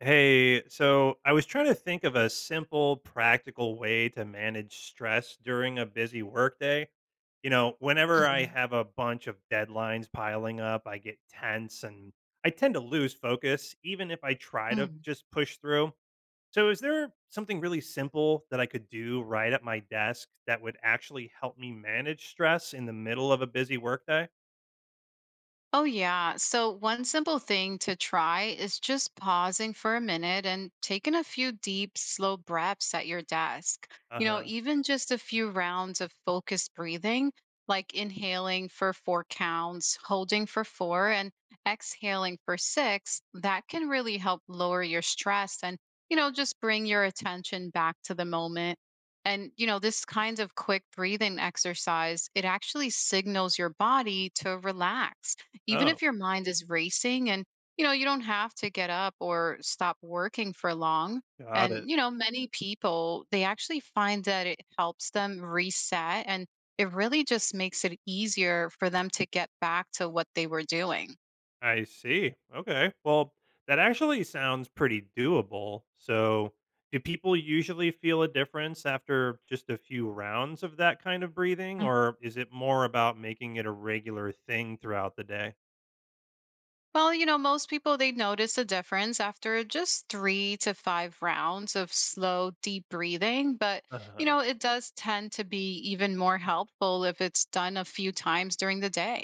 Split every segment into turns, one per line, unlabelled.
Hey, so I was trying to think of a simple, practical way to manage stress during a busy workday. You know, whenever I
Mhm,
have a bunch of deadlines piling up, I get tense and I tend to lose focus, even if I try to
mhm.
just push through. So, is there something really simple that I could do right at my desk that would actually help me manage stress in the middle of a busy workday?
Oh, yeah. So, one simple thing to try is just pausing for a minute and taking a few deep, slow breaths at your desk.
Uh
You know,
huh.
even just a few rounds of focused breathing, like inhaling for four counts, holding for four, and exhaling for six, that can really help lower your stress and, you know, just bring your attention back to the moment. And, you know, this kind of quick breathing exercise, it actually signals your body to relax even
Oh,
if your mind is racing, and you know you don't have to get up or stop working for long.
got it.
And you know many people, they actually find that it helps them reset and it really just makes it easier for them to get back to what they were doing.
I see. Okay. Well, that actually sounds pretty doable. So, do people usually feel a difference after just a few rounds of that kind of breathing, or is it more about making it a regular thing throughout the day?
Well, you know, most people they notice a difference after just three to five rounds of slow, deep breathing. But,
Uh
you
huh.
know, it does tend to be even more helpful if it's done a few times during the day.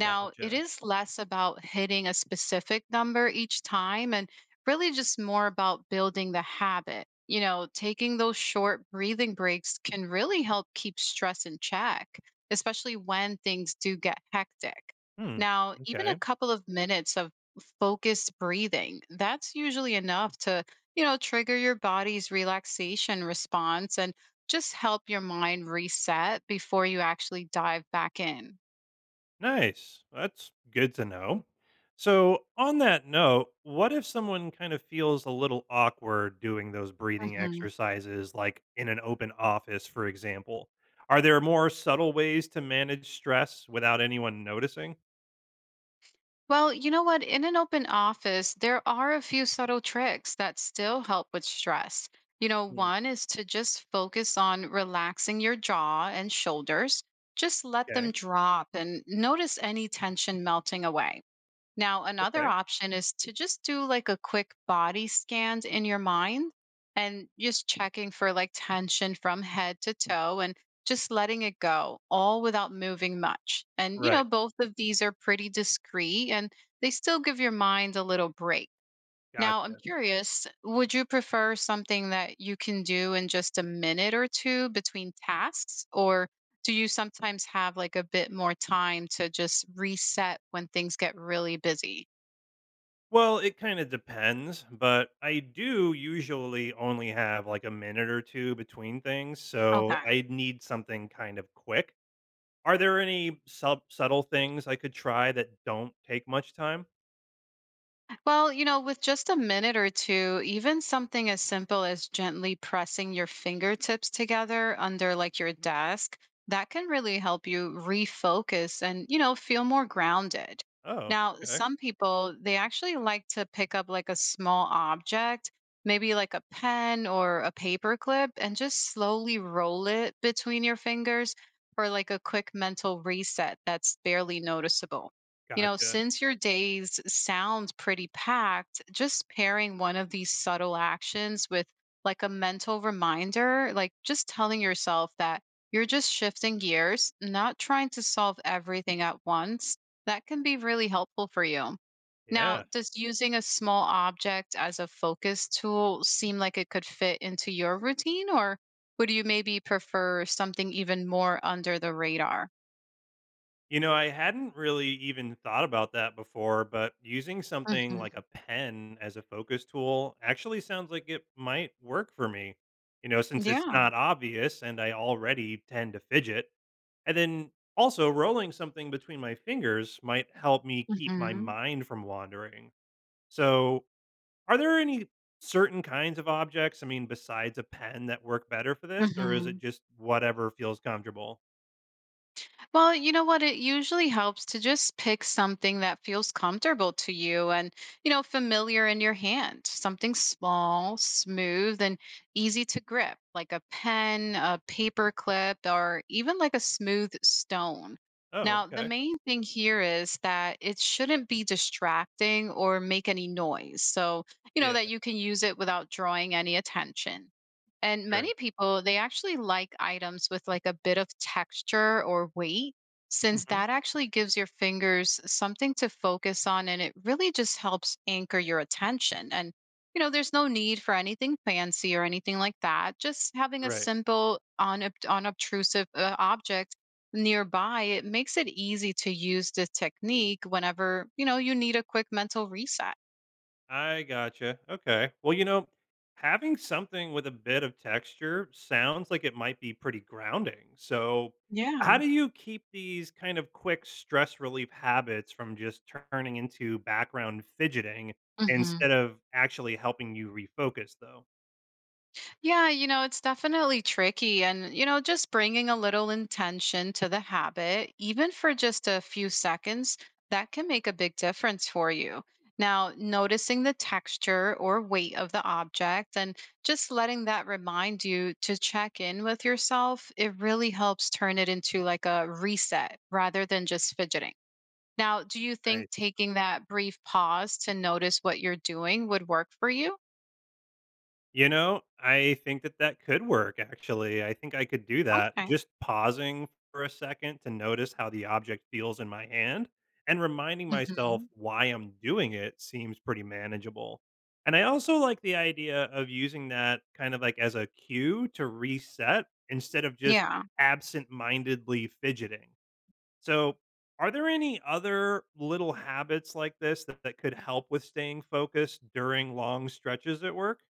Now, it
Gotcha.
is less about hitting a specific number each time and really just more about building the habit. You know, taking those short breathing breaks can really help keep stress in check, especially when things do get hectic.
Hmm.
Now, even a
Okay.
couple of minutes of focused breathing, that's usually enough to, you know, trigger your body's relaxation response and just help your mind reset before you actually dive back in.
Nice. That's good to know. So, on that note, what if someone kind of feels a little awkward doing those breathing
Mhm.
exercises, like in an open office, for example? Are there more subtle ways to manage stress without anyone noticing?
Well, you know what? In an open office, there are a few subtle tricks that still help with stress. You know,
Hmm.
one is to just focus on relaxing your jaw and shoulders. Just let them
Okay.
drop and notice any tension melting away. Now, another
Okay.
option is to just do like a quick body scan in your mind and just checking for like tension from head to toe and just letting it go, all without moving much. And, you know,
Right.
both of these are pretty discreet and they still give your mind a little break. Now, I'm
Gotcha.
curious, would you prefer something that you can do in just a minute or two between tasks? Or do you sometimes have like a bit more time to just reset when things get really busy?
Well, it kind of depends, but I do usually only have like a minute or two between things. So,
Okay.
I need something kind of quick. Are there any subtle things I could try that don't take much time?
Well, you know, with just a minute or two, even something as simple as gently pressing your fingertips together under like your desk, that can really help you refocus and, you know, feel more grounded.
Oh,
Now,
okay.
some people, they actually like to pick up like a small object, maybe like a pen or a paper clip, and just slowly roll it between your fingers for like a quick mental reset that's barely noticeable. You know,
Gotcha.
since your days sound pretty packed, just pairing one of these subtle actions with like a mental reminder, like just telling yourself that you're just shifting gears, not trying to solve everything at once, that can be really helpful for you. Now,
Yeah.
does using a small object as a focus tool seem like it could fit into your routine, or would you maybe prefer something even more under the radar?
You know, I hadn't really even thought about that before, but using something like
Hmm.
a pen as a focus tool actually sounds like it might work for me, you know, since it's
Yeah.
not obvious and I already tend to fidget. And then also, rolling something between my fingers might help me keep my
Hmm.
mind from wandering. So, are there any certain kinds of objects, I mean, besides a pen that work better for this, or is
Hmm.
it just whatever feels comfortable?
Well, you know what? It usually helps to just pick something that feels comfortable to you and, you know, familiar in your hand. Something small, smooth, and easy to grip, like a pen, a paper clip, or even like a smooth stone.
Oh,
Now, the
okay.
main thing here is that it shouldn't be distracting or make any noise. So, you know,
Yeah,
that you can use it without drawing any attention. And many
sure.
people, they actually like items with like a bit of texture or weight, since
Mhm.
that actually gives your fingers something to focus on and it really just helps anchor your attention. And, you know, there's no need for anything fancy or anything like that. Just having a
Right.
simple, unobtrusive object nearby, it makes it easy to use this technique whenever, you know, you need a quick mental reset.
I gotcha. Okay. Well, you know, having something with a bit of texture sounds like it might be pretty grounding. So, how
Yeah.
do you keep these kind of quick stress relief habits from just turning into background fidgeting
Hmm.
instead of actually helping you refocus, though?
Yeah, you know, it's definitely tricky. And, you know, just bringing a little intention to the habit, even for just a few seconds, that can make a big difference for you. Now, noticing the texture or weight of the object and just letting that remind you to check in with yourself, it really helps turn it into like a reset rather than just fidgeting. Now, do you think
Nice.
taking that brief pause to notice what you're doing would work for you?
You know, I think that that could work, actually. I think I could do that.
Okay.
Just pausing for a second to notice how the object feels in my hand and reminding myself
Hmm.
why I'm doing it seems pretty manageable. And I also like the idea of using that kind of like as a cue to reset instead of just
Yeah.
absent mindedly fidgeting. So, are there any other little habits like this that could help with staying focused during long stretches at work?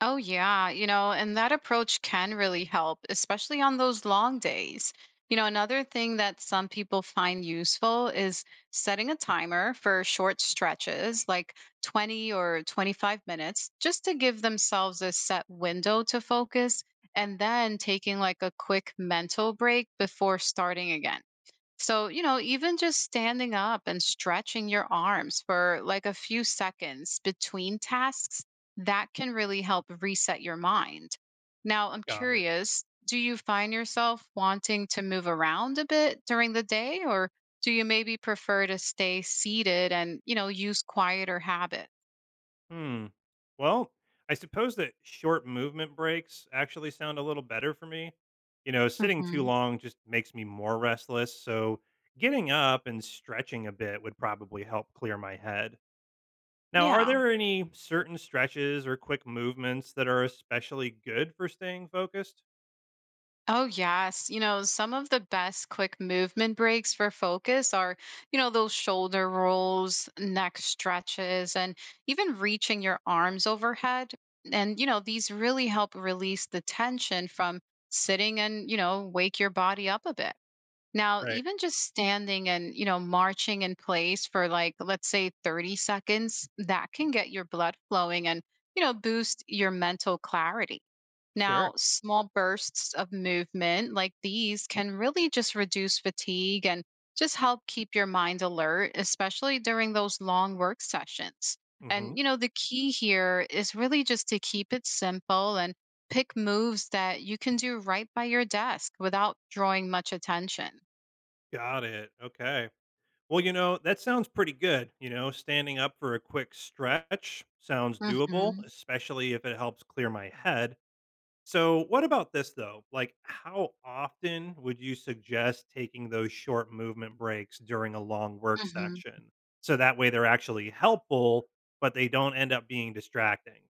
Oh, yeah. You know, and that approach can really help, especially on those long days. You know, another thing that some people find useful is setting a timer for short stretches, like 20 or 25 minutes, just to give themselves a set window to focus and then taking like a quick mental break before starting again. So, you know, even just standing up and stretching your arms for like a few seconds between tasks, that can really help reset your mind. Now, I'm
Got it.
curious, do you find yourself wanting to move around a bit during the day, or do you maybe prefer to stay seated and, you know, use quieter habits?
Hmm. Well, I suppose that short movement breaks actually sound a little better for me. You know, sitting too
Hmm.
long just makes me more restless. So getting up and stretching a bit would probably help clear my head. Now, are
Yeah.
there any certain stretches or quick movements that are especially good for staying focused?
Oh, yes. You know, some of the best quick movement breaks for focus are, you know, those shoulder rolls, neck stretches, and even reaching your arms overhead. And, you know, these really help release the tension from sitting and, you know, wake your body up a bit. Now,
Right.
even just standing and, you know, marching in place for like, let's say, 30 seconds, that can get your blood flowing and, you know, boost your mental clarity. Now,
Sure.
small bursts of movement like these can really just reduce fatigue and just help keep your mind alert, especially during those long work sessions.
Hmm.
And, you know, the key here is really just to keep it simple and pick moves that you can do right by your desk without drawing much attention.
Got it. Okay. Well, you know, that sounds pretty good. You know, standing up for a quick stretch sounds doable,
Hmm.
especially if it helps clear my head. So, what about this though? Like, how often would you suggest taking those short movement breaks during a long work
Hmm.
session? So that way they're actually helpful, but they don't end up being distracting.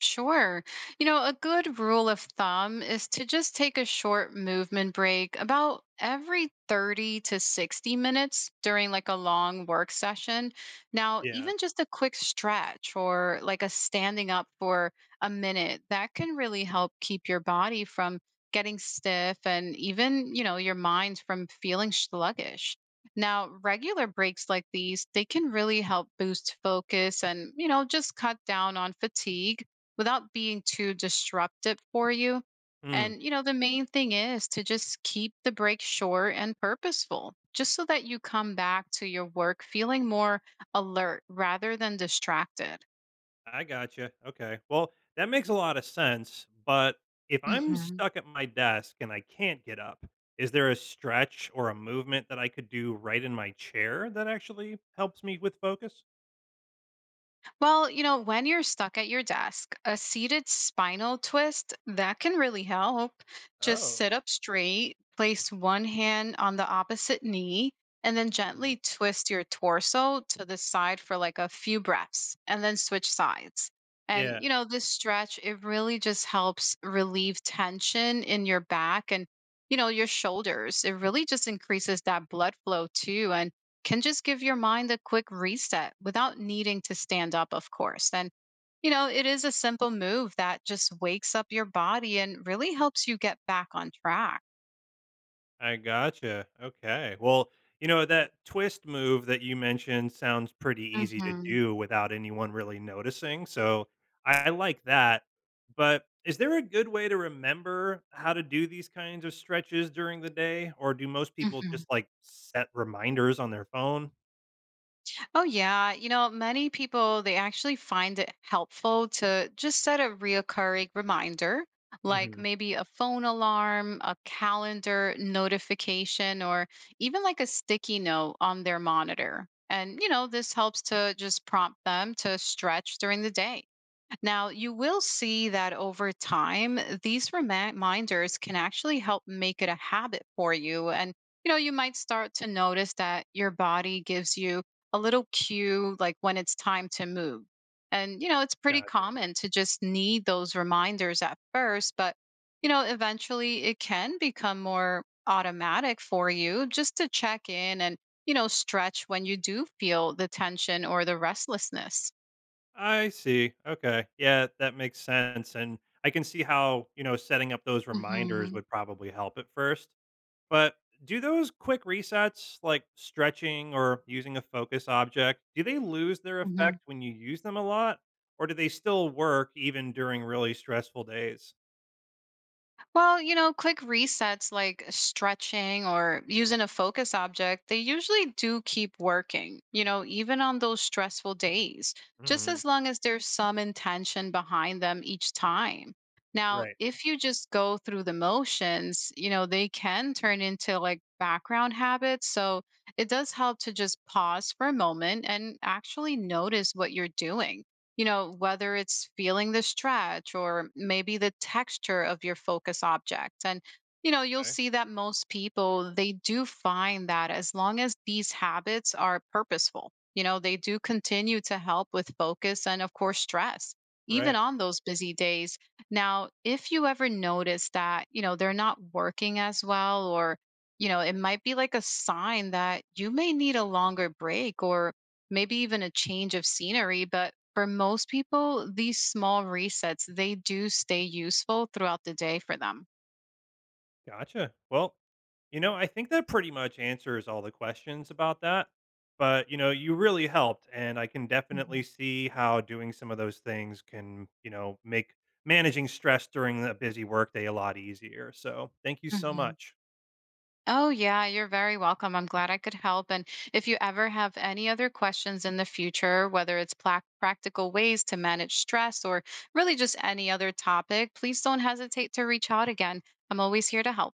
Sure. You know, a good rule of thumb is to just take a short movement break about every 30 to 60 minutes during like a long work session. Now,
Yeah.
even just a quick stretch or like a standing up for a minute, that can really help keep your body from getting stiff and even, you know, your mind from feeling sluggish. Now, regular breaks like these, they can really help boost focus and, you know, just cut down on fatigue without being too disruptive for you. And, you know, the main thing is to just keep the break short and purposeful, just so that you come back to your work feeling more alert rather than distracted.
I gotcha. Okay. Well, that makes a lot of sense. But if I'm
Mhm.
stuck at my desk and I can't get up, is there a stretch or a movement that I could do right in my chair that actually helps me with focus?
Well, you know, when you're stuck at your desk, a seated spinal twist that can really help. Just
Oh,
sit up straight, place one hand on the opposite knee, and then
mhm.
gently twist your torso to the side for like a few breaths, and then switch sides. And
Yeah.
you know, this stretch, it really just helps relieve tension in your back and, you know, your shoulders. It really just increases that blood flow too and can just give your mind a quick reset without needing to stand up, of course. And, you know, it is a simple move that just wakes up your body and really helps you get back on track.
I gotcha. Okay. Well, you know, that twist move that you mentioned sounds pretty easy to
Hmm.
do without anyone really noticing. So I like that. But is there a good way to remember how to do these kinds of stretches during the day? Or do most people
Hmm.
just like set reminders on their phone?
Oh, yeah. You know, many people, they actually find it helpful to just set a reoccurring reminder, like
Hmm.
maybe a phone alarm, a calendar notification, or even like a sticky note on their monitor. And, you know, this helps to just prompt them to stretch during the day. Now, you will see that over time, these reminders can actually help make it a habit for you. And, you know, you might start to notice that your body gives you a little cue, like when it's time to move. And, you know, it's pretty
Gotcha.
common to just need those reminders at first, but, you know, eventually it can become more automatic for you just to check in and, you know, stretch when you do feel the tension or the restlessness.
I see. Okay. Yeah, that makes sense. And I can see how, you know, setting up those reminders
Hmm.
would probably help at first. But do those quick resets, like stretching or using a focus object, do they lose their effect when you use them a lot? Or do they still work even during really stressful days?
Well, you know, quick resets like stretching or using a focus object, they usually do keep working, you know, even on those stressful days, just
Hmm.
as long as there's some intention behind them each time. Now,
Right.
if you just go through the motions, you know, they can turn into like background habits. So it does help to just pause for a moment and actually notice what you're doing. You know, whether it's feeling the stretch or maybe the texture of your focus object. And, you know, you'll
Okay.
see that most people, they do find that as long as these habits are purposeful, you know, they do continue to help with focus and, of course, stress, even
Right.
on those busy days. Now, if you ever notice that, you know, they're not working as well, or you know, it might be like a sign that you may need a longer break or maybe even a change of scenery. But for most people, these small resets, they do stay useful throughout the day for them.
Gotcha. Well, you know, I think that pretty much answers all the questions about that. But, you know, you really helped. And I can definitely
Mhm.
see how doing some of those things can, you know, make managing stress during a busy workday a lot easier. So thank you so
Hmm.
much.
Oh, yeah, you're very welcome. I'm glad I could help. And if you ever have any other questions in the future, whether it's plac practical ways to manage stress or really just any other topic, please don't hesitate to reach out again. I'm always here to help.